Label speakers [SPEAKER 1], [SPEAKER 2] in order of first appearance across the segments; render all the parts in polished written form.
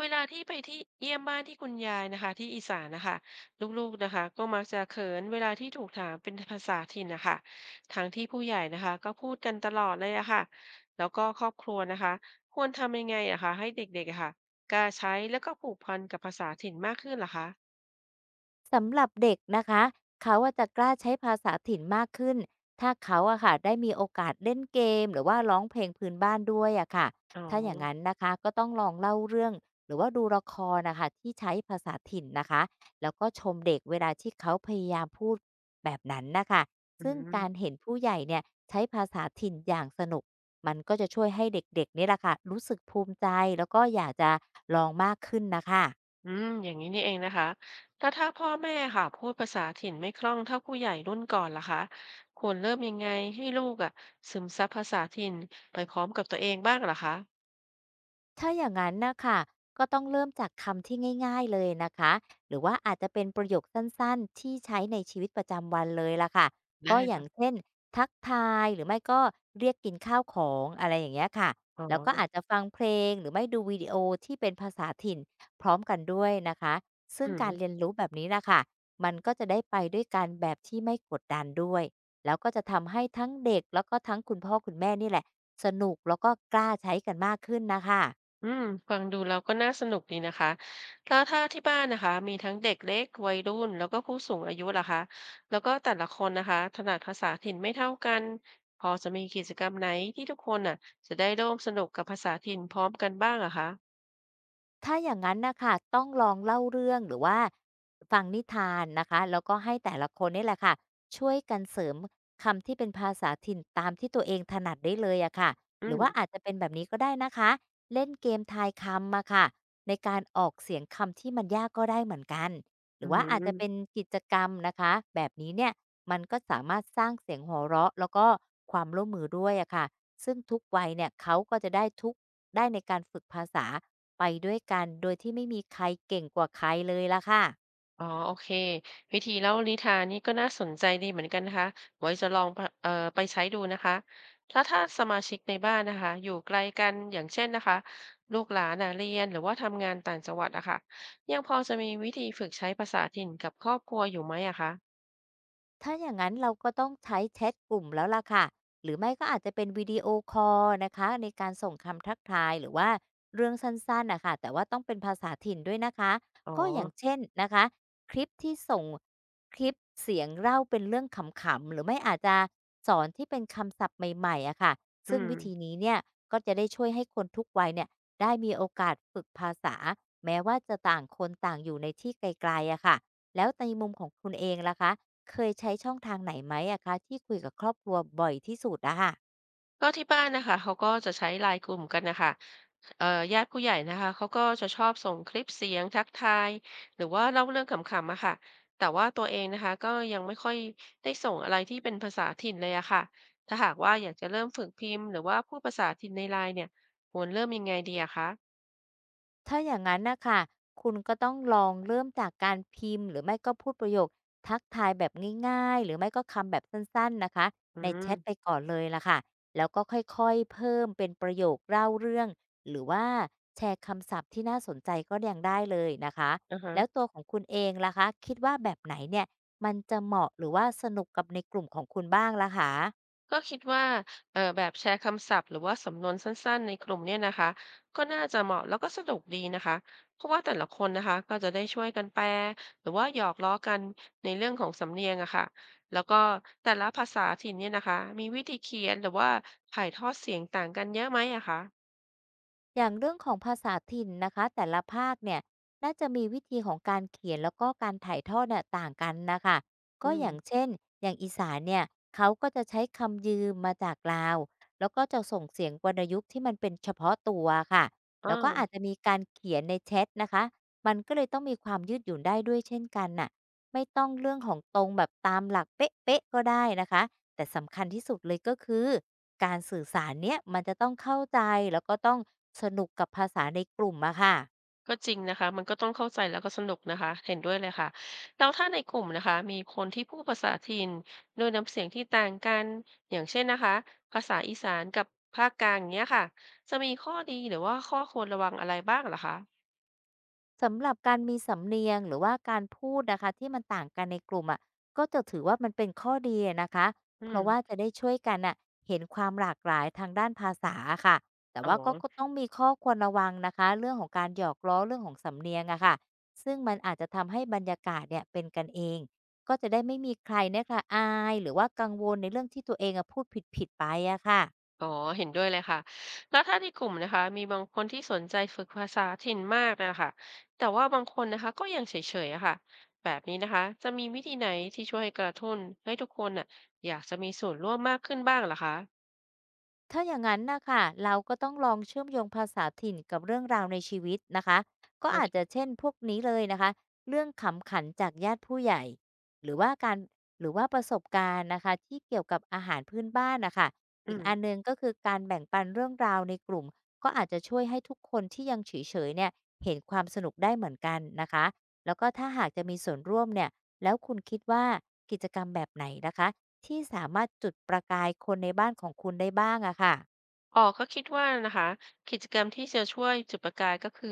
[SPEAKER 1] เวลาที่ไปที่เยี่ยมบ้านที่คุณยายนะคะที่อีสานนะคะลูกๆนะคะก็มักจะเขินเวลาที่ถูกถามเป็นภาษาถิ่นนะคะทั้งที่ผู้ใหญ่นะคะก็พูดกันตลอดเลยอะค่ะแล้วก็ครอบครัวนะคะควรทำยังไงอะคะให้เด็กๆอะค่ะกล้าใช้แล้วก็ผูกพันกับภาษาถิ่นมากขึ้นล่ะคะ
[SPEAKER 2] สำหรับเด็กนะคะเขาอะจะกล้าใช้ภาษาถิ่นมากขึ้นถ้าเขาอะค่ะได้มีโอกาสเล่นเกมหรือว่าร้องเพลงพื้นบ้านด้วยอะค่ะ
[SPEAKER 1] อ๋อ
[SPEAKER 2] ถ้าอย่างนั้นนะคะก็ต้องลองเล่าเรื่องหรือว่าดูละครนะคะที่ใช้ภาษาถิ่นนะคะแล้วก็ชมเด็กเวลาที่เขาพยายามพูดแบบนั้นนะคะ
[SPEAKER 1] อื
[SPEAKER 2] ซึ่ง
[SPEAKER 1] ม
[SPEAKER 2] การเห็นผู้ใหญ่เนี่ยใช้ภาษาถิ่นอย่างสนุกมันก็จะช่วยให้เด็กๆนี่แหละค่ะรู้สึกภูมิใจแล้วก็อยากจะลองมากขึ้นนะคะ
[SPEAKER 1] อืมอย่างนี้นี่เองนะคะแล้วถ้าพ่อแม่ค่ะพูดภาษาถิ่นไม่คล่องเท่าผู้ใหญ่รุ่นก่อนล่ะคะควรเริ่มยังไงให้ลูกอ่ะซึมซับภาษาถิ่นไปพร้อมกับตัวเองบ้างล่ะคะ
[SPEAKER 2] ถ้าอย่างนั้นนะค่ะก็ต้องเริ่มจากคำที่ง่ายๆเลยนะคะหรือว่าอาจจะเป็นประโยคสั้นๆที่ใช้ในชีวิตประจำวันเลยล่ะค่ะก็
[SPEAKER 1] ได้
[SPEAKER 2] อย่า
[SPEAKER 1] ค่ะ
[SPEAKER 2] งเช่นทักทายหรือไม่ก็เรียกกินข้าวของอะไรอย่างเงี้ยค่ะ
[SPEAKER 1] อ๋อ
[SPEAKER 2] แล้วก็อาจจะฟังเพลงหรือไม่ดูวิดีโอที่เป็นภาษาถิ่นพร้อมกันด้วยนะคะซึ่
[SPEAKER 1] อื
[SPEAKER 2] ง
[SPEAKER 1] ม
[SPEAKER 2] การเรียนรู้แบบนี้นะค่ะมันก็จะได้ไปด้วยกันแบบที่ไม่กดดันด้วยแล้วก็จะทำให้ทั้งเด็กแล้วก็ทั้งคุณพ่อคุณแม่นี่แหละสนุกแล้วก็กล้าใช้กันมากขึ้นนะคะ
[SPEAKER 1] อืมฟังดูแล้วก็น่าสนุกดีนะคะแล้วถ้าที่บ้านนะคะมีทั้งเด็กเล็กวัยรุ่นแล้วก็ผู้สูงอายุล่ะคะแล้วก็แต่ละคนนะคะถนัดภาษาถิ่นไม่เท่ากันพอจะมีกิจกรรมไหนที่ทุกคนอ่ะจะได้ร่วมสนุกกับภาษาถิ่นพร้อมกันบ้างอะคะ
[SPEAKER 2] ถ้าอย่างนั้นนะค่ะต้องลองเล่าเรื่องหรือว่าฟังนิทานนะคะแล้วก็ให้แต่ละคนนี่แหละค่ะช่วยกันเสริมคำที่เป็นภาษาถิ่นตามที่ตัวเองถนัดได้เลยอะค่ะ
[SPEAKER 1] อื
[SPEAKER 2] หรือ
[SPEAKER 1] ม
[SPEAKER 2] ว่าอาจจะเป็นแบบนี้ก็ได้นะคะเล่นเกมทายคำมะค่ะในการออกเสียงคำที่มันยากก็ได้เหมือนกันห
[SPEAKER 1] อื
[SPEAKER 2] รือว่าอาจจะเป็น
[SPEAKER 1] ม
[SPEAKER 2] กิจกรรมนะคะแบบนี้เนี่ยมันก็สามารถสร้างเสียงหัวเราะแล้วก็ความร่วมมือด้วยอะค่ะซึ่งทุกวัยเนี่ยเขาก็จะได้ทุก ได้ในการฝึกภาษาไปด้วยกันโดยที่ไม่มีใครเก่งกว่าใครเลยล่ะค่ะ
[SPEAKER 1] อ๋อโอเค วิธีเล่านิทานนี่ก็น่าสนใจดีเหมือนกันนะคะไว้จะลองไปไปใช้ดูนะคะ แล้วถ้าสมาชิกในบ้านนะคะอยู่ไกลกันอย่างเช่นนะคะลูกหลานน่ะเรียนหรือว่าทำงานต่างจังหวัดอะค่ะยังพอจะมีวิธีฝึกใช้ภาษาถิ่นกับครอบครัวอยู่ไหมอะคะ
[SPEAKER 2] ถ้าอย่างนั้นเราก็ต้องใช้แชทกลุ่มแล้วล่ะค่ะหรือไม่ก็อาจจะเป็นวิดีโอคอลนะคะในการส่งคำทักทายหรือว่าเรื่องสั้นๆนะคะแต่ว่าต้องเป็นภาษาถิ่นด้วยนะคะ
[SPEAKER 1] อ๋อ
[SPEAKER 2] ก็อย่างเช่นนะคะคลิปที่ส่งคลิปเสียงเล่าเป็นเรื่องขำๆหรือไม่อาจจะสอนที่เป็นคำศัพท์ใหม่ๆอะค่ะ
[SPEAKER 1] อื
[SPEAKER 2] ซึ่ง
[SPEAKER 1] ม
[SPEAKER 2] วิธีนี้เนี่ยก็จะได้ช่วยให้คนทุกวัยเนี่ยได้มีโอกาสฝึกภาษาแม้ว่าจะต่างคนต่างอยู่ในที่ไกลๆอะค่ะแล้วในมุมของคุณเองล่ะคะ เคยใช้ช่องทางไหนไหมอะคะที่คุยกับครอบครัวบ่อยที่สุดอะค่ะ
[SPEAKER 1] ก็ที่บ้านนะคะเขาก็จะใช้ไล n กลุ่มกันนะคะ เอ่อญาติผู้ใหญ่นะคะเขาก็จะชอบส่งคลิปเสียงทักทายหรือว่าเล่าเรื่องขำๆอะค่ะแต่ว่าตัวเองนะคะก็ยังไม่ค่อยได้ส่งอะไรที่เป็นภาษาถิ่นเลยอะค่ะถ้าหากว่าอยากจะเริ่มฝึกพิมพ์หรือว่าพูดภาษาถิ่นในไลน์เนี่ยควรเริ่มยังไงดีอะคะ
[SPEAKER 2] ถ้าอย่างงั้นนะค่ะคุณก็ต้องลองเริ่มจากการพิมพ์หรือไม่ก็พูดประโยคทักทายแบบง่ายๆหรือไม่ก็คำแบบสั้นๆนะคะ
[SPEAKER 1] อื
[SPEAKER 2] ในแช
[SPEAKER 1] ม
[SPEAKER 2] ทไปก่อนเลยล่ะค่ะแล้วก็ค่อยๆเพิ่มเป็นประโยคเล่าเรื่องหรือว่าแชร์คำศัพท์ที่น่าสนใจก็ยังได้เลยนะคะ
[SPEAKER 1] อ่าฮะ
[SPEAKER 2] แล้วตัวของคุณเองล่ะคะคิดว่าแบบไหนเนี่ยมันจะเหมาะหรือว่าสนุกกับในกลุ่มของคุณบ้างล่ะคะ
[SPEAKER 1] ก็คิดว่าแบบแชร์คำศัพท์หรือว่าสำนวนสั้นๆในกลุ่มเนี่ยนะคะก็น่าจะเหมาะแล้วก็สนุกดีนะคะเพราะว่าแต่ละคนนะคะก็จะได้ช่วยกันแปลหรือว่าหยอกล้อกันในเรื่องของสำเนียงอะค่ะแล้วก็แต่ละภาษาถิ่นเนี่ยนะคะมีวิธีเขียนหรือว่าถ่ายทอดเสียงต่างกันเยอะไหมอะคะ
[SPEAKER 2] อย่างเรื่องของภาษาถิ่นนะคะแต่ละภาคเนี่ยน่าจะมีวิธีของการเขียนแล้วก็การถ่ายทอดเนี่ยต่างกันนะคะ
[SPEAKER 1] อื
[SPEAKER 2] ก็อ
[SPEAKER 1] ม
[SPEAKER 2] ย่างเช่นอย่างอีสานเนี่ยเขาก็จะใช้คำยืมมาจากลาวแล้วก็จะส่งเสียงวรรณยุกต์ที่มันเป็นเฉพาะตัวค่ะแล้วก็อาจ
[SPEAKER 1] อ่า
[SPEAKER 2] จะมีการเขียนในแชทนะคะมันก็เลยต้องมีความยืดหยุ่นได้ด้วยเช่นกันน่ะไม่ต้องเรื่องของตรงแบบตามหลักเป๊ะๆก็ได้นะคะ แต่สำคัญที่สุดเลยก็คือการสื่อสารเนี้ยมันจะต้องเข้าใจแล้วก็ต้องสนุกกับภาษาในกลุ่มอะค่ะ
[SPEAKER 1] ก็จริงนะคะ มันก็ต้องเข้าใจแล้วก็สนุกนะคะเห็นด้วยเลยค่ะแล้วถ้าในกลุ่มนะคะมีคนที่พูดภาษาถิ่นโดยน้ำเสียงที่ต่างกันอย่างเช่นนะคะภาษาอีสานกับภาคกลางอย่างเงี้ยค่ะจะมีข้อดีหรือว่าข้อควรระวังอะไรบ้างเหรอคะ
[SPEAKER 2] สำหรับการมีสำเนียงหรือว่าการพูดนะคะที่มันต่างกันในกลุ่มอะก็จะถือว่ามันเป็นข้อดีอะนะคะ
[SPEAKER 1] อื
[SPEAKER 2] เพ
[SPEAKER 1] ม
[SPEAKER 2] ราะว่าจะได้ช่วยกันอ่ะเห็นความหลากหลายทางด้านภาษาค่ะแต่
[SPEAKER 1] อ๋อ
[SPEAKER 2] ว่าก็ต้องมีข้อควรระวังนะคะเรื่องของการหยอกล้อเรื่องของสำเนียงอะค่ะซึ่งมันอาจจะทำให้บรรยากาศเนี่ยเป็นกันเองก็จะได้ไม่มีใครเนี่ยค่ะอายหรือว่ากังวลในเรื่องที่ตัวเองอะพูดผิดๆไปอะค่ะ
[SPEAKER 1] อ๋อเห็นด้วยเลยค่ะแล้วถ้าในกลุ่มนะคะมีบางคนที่สนใจฝึกภาษาถิ่นมากนะคะแต่ว่าบางคนนะคะก็ยังเฉยๆอะค่ะแบบนี้นะคะจะมีวิธีไหนที่ช่วยกระตุ้นให้ทุกคนน่ะอยากจะมีส่วนร่วมมากขึ้นบ้างเหรอคะ
[SPEAKER 2] ถ้าอย่างนั้นนะคะเราก็ต้องลองเชื่อมโยงภาษาถิ่นกับเรื่องราวในชีวิตนะคะก็
[SPEAKER 1] โอ
[SPEAKER 2] อาจ
[SPEAKER 1] เค
[SPEAKER 2] จะเช่นพวกนี้เลยนะคะเรื่องขำขันจากญาติผู้ใหญ่หรือว่าการหรือว่าประสบการณ์นะคะที่เกี่ยวกับอาหารพื้นบ้านนะคะ
[SPEAKER 1] อื
[SPEAKER 2] อีก
[SPEAKER 1] ม
[SPEAKER 2] อันหนึ่งก็คือการแบ่งปันเรื่องราวในกลุ่มก็อาจจะช่วยให้ทุกคนที่ยังเฉยๆเนี่ยเห็นความสนุกได้เหมือนกันนะคะแล้วก็ถ้าหากจะมีส่วนร่วมเนี่ยแล้วคุณคิดว่ากิจกรรมแบบไหนนะคะ ที่สามารถจุดประกายคนในบ้านของคุณได้บ้างอะค่ะ
[SPEAKER 1] อ๋อก็คิดว่านะคะกิจกรรมที่จะช่วยจุดประกายก็คือ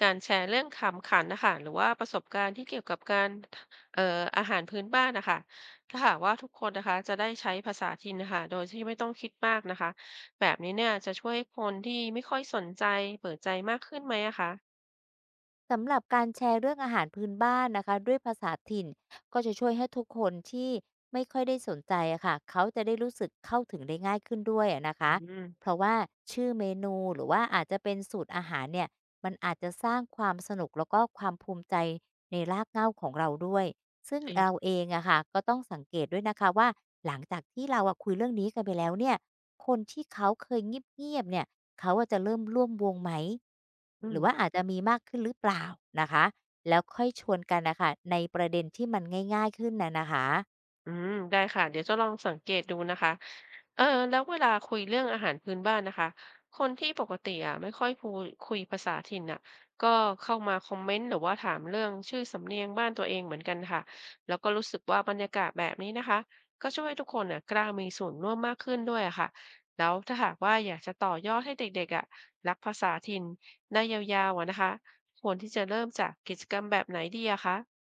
[SPEAKER 1] การแชร์เรื่องขำขันนะคะหรือว่าประสบการณ์ที่เกี่ยวกับการเอ่ออาหารพื้นบ้านนะคะถ้าหากว่าทุกคนนะคะจะได้ใช้ภาษาถิ่นนะคะโดยที่ไม่ต้องคิดมากนะคะแบบนี้เนี่ยจะช่วยให้คนที่ไม่ค่อยสนใจเปิดใจมากขึ้นไหมอะคะ
[SPEAKER 2] สำหรับการแชร์เรื่องอาหารพื้นบ้านนะคะด้วยภาษาถิ่นก็จะช่วยให้ทุกคนที่ไม่ค่อยได้สนใจอะค่ะเขาจะได้รู้สึกเข้าถึงได้ง่ายขึ้นด้วยอะนะ
[SPEAKER 1] อื
[SPEAKER 2] คะ
[SPEAKER 1] ม
[SPEAKER 2] เพราะว่าชื่อเมนูหรือว่าอาจจะเป็นสูตรอาหารเนี่ยมันอาจจะสร้างความสนุกแล้วก็ความภูมิใจในรากเหง้าของเราด้วยซึ่ง
[SPEAKER 1] จริง
[SPEAKER 2] เราเองอะค่ะก็ต้องสังเกตด้วยนะคะว่าหลังจากที่เราอะคุยเรื่องนี้กันไปแล้วเนี่ยคนที่เขาเคยเงียบๆเนี่ย เขาอะจะเริ่มร่วมวงไหม
[SPEAKER 1] อื
[SPEAKER 2] ห
[SPEAKER 1] ม
[SPEAKER 2] รือว่าอาจจะมีมากขึ้นหรือเปล่านะคะ แล้วค่อยชวนกันนะคะในประเด็นที่มันง่ายๆขึ้นนะนะคะ
[SPEAKER 1] อืมได้ค่ะเดี๋ยวจะลองสังเกตดูนะคะ เออแล้วเวลาคุยเรื่องอาหารพื้นบ้านนะคะคนที่ปกติอ่ะไม่ค่อยพูดคุยภาษาถิ่นอ่ะก็เข้ามาคอมเมนต์หรือว่าถามเรื่องชื่อสำเนียงบ้านตัวเองเหมือนกันค่ะแล้วก็รู้สึกว่าบรรยากาศแบบนี้นะคะก็ช่วยให้ทุกคนอ่ะกล้ามีส่วนร่วมมากขึ้นด้วยอะค่ะแล้วถ้าหากว่าอยากจะต่อยอดให้เด็กๆอ่ะรักภาษาถิ่นได้ยาวๆอะนะคะควรที่จะเริ่มจากกิจกรรมแบบไหนดีอะคะ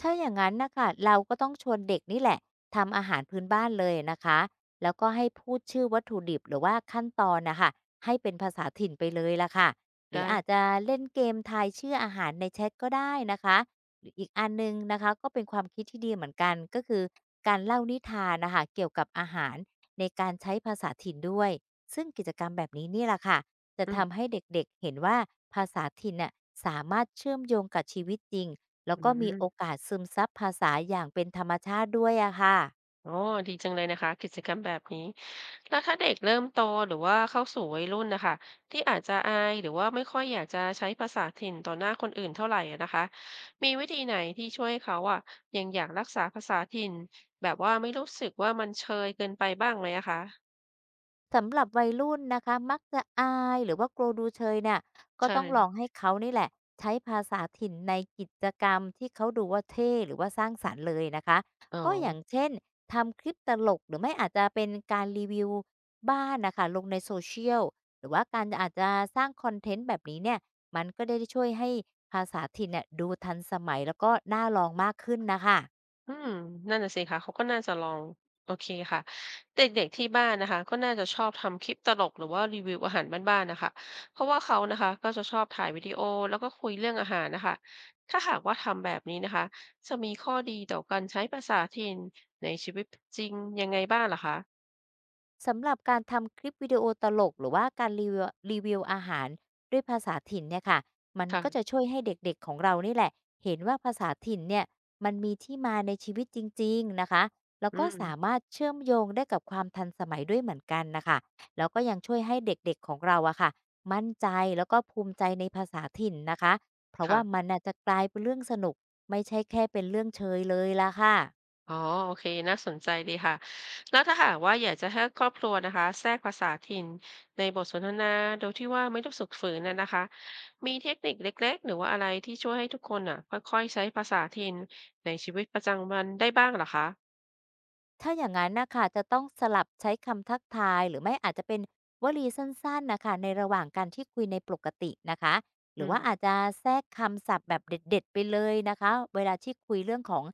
[SPEAKER 2] ถ้าอย่างนั้นนะค่ะเราก็ต้องชวนเด็กนี่แหละทำอาหารพื้นบ้านเลยนะคะแล้วก็ให้พูดชื่อวัตถุดิบหรือว่าขั้นตอนนะคะให้เป็นภาษาถิ่นไปเลยล่ะค่ะหรือ
[SPEAKER 1] ได้
[SPEAKER 2] อาจจะเล่นเกมทายชื่ออาหารในแชทก็ได้นะคะหรืออีกอันหนึ่งนะคะก็เป็นความคิดที่ดีเหมือนกันก็คือการเล่านิทานนะคะเกี่ยวกับอาหารในการใช้ภาษาถิ่นด้วยซึ่งกิจกรรมแบบนี้นี่แหละค่ะจะ
[SPEAKER 1] อืม
[SPEAKER 2] ทำให้เด็กๆเห็นว่าภาษาถิ่นน่ะสามารถเชื่อมโยงกับชีวิตจริง แล้
[SPEAKER 1] อื
[SPEAKER 2] วก็มีโอ
[SPEAKER 1] ม
[SPEAKER 2] กาสซึมซับภาษาอย่างเป็นธรรมชาติด้วยอะค่ะ
[SPEAKER 1] อ๋อดีจังเลยนะคะกิจกรรมแบบนี้แล้วถ้าเด็กเริ่มโตหรือว่าเข้าสู่วัยรุ่นนะคะที่อาจจะอายหรือว่าไม่ค่อยอยากจะใช้ภาษาถิ่นต่อหน้าคนอื่นเท่าไหร่อะนะคะมีวิธีไหนที่ช่วยให้เขาอะยังอยากรักษาภาษาถิ่นแบบว่าไม่รู้สึกว่ามันเชยเกินไปบ้างไหมอะคะ
[SPEAKER 2] สำหรับวัยรุ่นนะคะมักจะอายหรือว่ากลัวดูเชยเนี่ยก็
[SPEAKER 1] ใช่
[SPEAKER 2] ต้องลองให้เขานี่แหละใช้ภาษาถิ่นในกิจกรรมที่เขาดูว่าเท่หรือว่าสร้างสรรค์เลยนะคะ
[SPEAKER 1] อ๋อ
[SPEAKER 2] ก็อย่างเช่นทำคลิปตลกหรือไม่อาจจะเป็นการรีวิวบ้านนะคะลงในโซเชียลหรือว่าการอาจจะสร้างคอนเทนต์แบบนี้เนี่ยมันก็ได้ช่วยให้ภาษาถิ่นเนี่ยดูทันสมัยแล้วก็น่าลองมากขึ้นนะคะ
[SPEAKER 1] อืมนั่นน่ะสิคะเขาก็น่าจะลองโอเคค่ะเด็กๆที่บ้านนะคะก็น่าจะชอบทำคลิปตลกหรือว่ารีวิวอาหารบ้านๆน่ะค่ะเพราะว่าเขานะคะก็จะชอบถ่ายวิดีโอแล้วก็คุยเรื่องอาหารน่ะค่ะถ้าหากว่าทำแบบนี้นะคะจะมีข้อดีต่อการใช้ภาษาถิ่นในชีวิตจริงยังไงบ้างเหรอคะ
[SPEAKER 2] สำหรับการทำคลิปวิดีโอตลกหรือว่าการรีวิวอาหารด้วยภาษาถิ่นเนี่ยค่ะมันก็จะ
[SPEAKER 1] ค่ะ
[SPEAKER 2] ช่วยให้เด็กๆของเรานี่แหละเห็นว่าภาษาถิ่นเนี่ยมันมีที่มาในชีวิตจริงๆนะคะแล้ว
[SPEAKER 1] อื
[SPEAKER 2] ก็
[SPEAKER 1] ม
[SPEAKER 2] สามารถเชื่อมโยงได้กับความทันสมัยด้วยเหมือนกันนะคะแล้วก็ยังช่วยให้เด็กๆของเราอะค่ะมั่นใจแล้วก็ภูมิใจในภาษาถิ่นนะคะเพราะ
[SPEAKER 1] ค่ะ
[SPEAKER 2] ว่ามันน่ะจะกลายเป็นเรื่องสนุกไม่ใช่แค่เป็นเรื่องเชยเลยละค่ะ
[SPEAKER 1] อ๋อโอเคน่าสนใจดีค่ะ แล้วถ้าหากว่าอยากจะให้ครอบครัวนะคะแทรกภาษาถิ่นในบทสนทนาโดยที่ว่าไม่ต้องฝึกฝืนนะนะคะ มีเทคนิคเล็กๆ หรือว่าอะไรที่ช่วยให้ทุกคนอ่ะค่อยๆใช้ภาษาถิ่นในชีวิตประจำวันได้บ้างเหรอคะ
[SPEAKER 2] ถ้าอย่างนั้นนะคะจะต้องสลับใช้คำทักทายหรือไม่อาจจะเป็นวลีสั้นๆนะคะในระหว่างการที่คุยในปกตินะคะห
[SPEAKER 1] อื
[SPEAKER 2] รือว่า
[SPEAKER 1] ม
[SPEAKER 2] อาจจะแทรกคำศัพท์แบบเด็ดๆไปเลยนะคะเวลาที่คุยเรื่องของ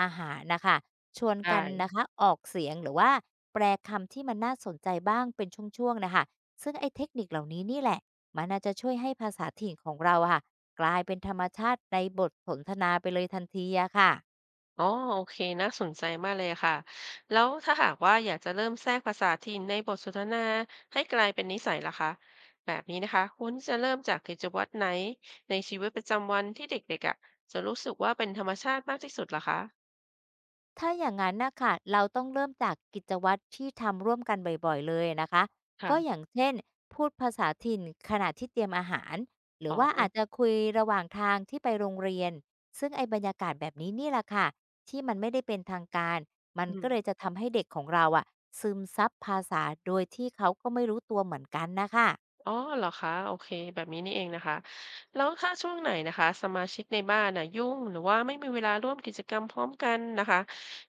[SPEAKER 2] อาหารนะคะชวน
[SPEAKER 1] ได้
[SPEAKER 2] กันนะคะออกเสียงหรือว่าแปลคำที่มันน่าสนใจบ้างเป็นช่วงๆนะคะซึ่งไอ้เทคนิคเหล่านี้นี่แหละมันน่าจะช่วยให้ภาษาถิ่นของเราอะค่ะกลายเป็นธรรมชาติในบทสนทนาไปเลยทันทีอะค่ะ
[SPEAKER 1] อ๋อโอเคน่าสนใจมากเลยค่ะ แล้วถ้าหากว่าอยากจะเริ่มแทรกภาษาถิ่นในบทสนทนาให้กลายเป็นนิสัยล่ะคะแบบนี้นะคะควรที่จะเริ่มจากกิจวัตรไหนในชีวิตประจำวันที่เด็กๆอ่ะจะรู้สึกว่าเป็นธรรมชาติมากที่สุดล่ะคะ
[SPEAKER 2] ถ้าอย่างนั้นนะค่ะเราต้องเริ่มจากกิจวัตรที่ทำร่วมกันบ่อยๆเลยนะคะ
[SPEAKER 1] ค่ะ
[SPEAKER 2] ก็อย่างเช่นพูดภาษาถิ่นขณะที่เตรียมอาหารหรื
[SPEAKER 1] อ๋
[SPEAKER 2] อว่าอา
[SPEAKER 1] อ
[SPEAKER 2] จจะคุยระหว่างทางที่ไปโรงเรียนซึ่งไอ้บรรยากาศแบบนี้นี่แหละค่ะที่มันไม่ได้เป็นทางการมัน
[SPEAKER 1] อื
[SPEAKER 2] ก็
[SPEAKER 1] ม
[SPEAKER 2] เลยจะทำให้เด็กของเราอะซึมซับภาษาโดยที่เขาก็ไม่รู้ตัวเหมือนกันนะคะ
[SPEAKER 1] อ๋อเหรอคะโอเคแบบนี้นี่เองนะคะแล้วถ้าช่วงไหนนะคะสมาชิกในบ้านน่ะยุ่งหรือว่าไม่มีเวลาร่วมกิจกรรมพร้อมกันนะคะ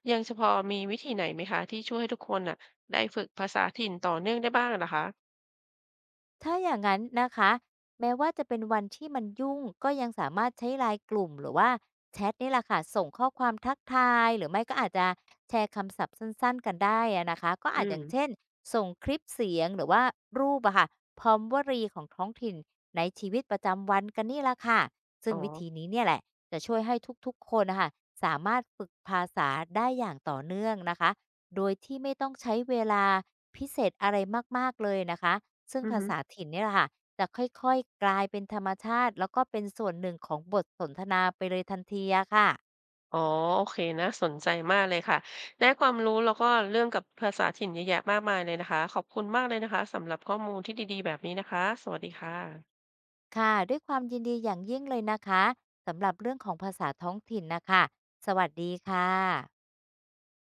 [SPEAKER 1] ยังจะพอมีวิธีไหนไหมคะที่ช่วยให้ทุกคนน่ะได้ฝึกภาษาถิ่นต่อเนื่องได้บ้างนะคะ
[SPEAKER 2] ถ้าอย่างนั้นนะคะแม้ว่าจะเป็นวันที่มันยุ่งก็ยังสามารถใช้ไลน์กลุ่มหรือว่าแชทนี่แหละค่ะส่งข้อความทักทายหรือไม่ก็อาจจะแชร์คำศัพท์สั้นๆกันได้อะนะคะก็
[SPEAKER 1] อื
[SPEAKER 2] อาจอ
[SPEAKER 1] ม
[SPEAKER 2] ย่างเช่นส่งคลิปเสียงหรือว่ารูปอะค่ะพร้อมวลีของท้องถิ่นในชีวิตประจำวันกันนี่แหละค่ะ
[SPEAKER 1] อ๋
[SPEAKER 2] ซึ่
[SPEAKER 1] อ
[SPEAKER 2] งวิธีนี้เนี่ยแหละจะช่วยให้ทุกๆคนนะคะสามารถฝึกภาษาได้อย่างต่อเนื่องนะคะ โดยที่ไม่ต้องใช้เวลาพิเศษอะไรมากๆเลยนะคะ ซึ่ง
[SPEAKER 1] อือ
[SPEAKER 2] ภา
[SPEAKER 1] ฮึ
[SPEAKER 2] ษาถิ่นเนี่ยแหละค่ะจะค่อยๆกลายเป็นธรรมชาติแล้วก็เป็นส่วนหนึ่งของบทสนทนาไปเลยทันทีอะค่ะ
[SPEAKER 1] อ๋อโอเคนะสนใจมากเลยค่ะได้ความรู้แล้วก็เรื่องกับภาษาถิ่นเยอะแยะมากมายเลยนะคะขอบคุณมากเลยนะคะสำหรับข้อมูลที่ดีๆแบบนี้นะคะสวัสดีค่ะ
[SPEAKER 2] ค่ะด้วยความยินดีอย่างยิ่งเลยนะคะสำหรับเรื่องของภาษาท้องถิ่นน่ะค่ะสวัสดีค่ะ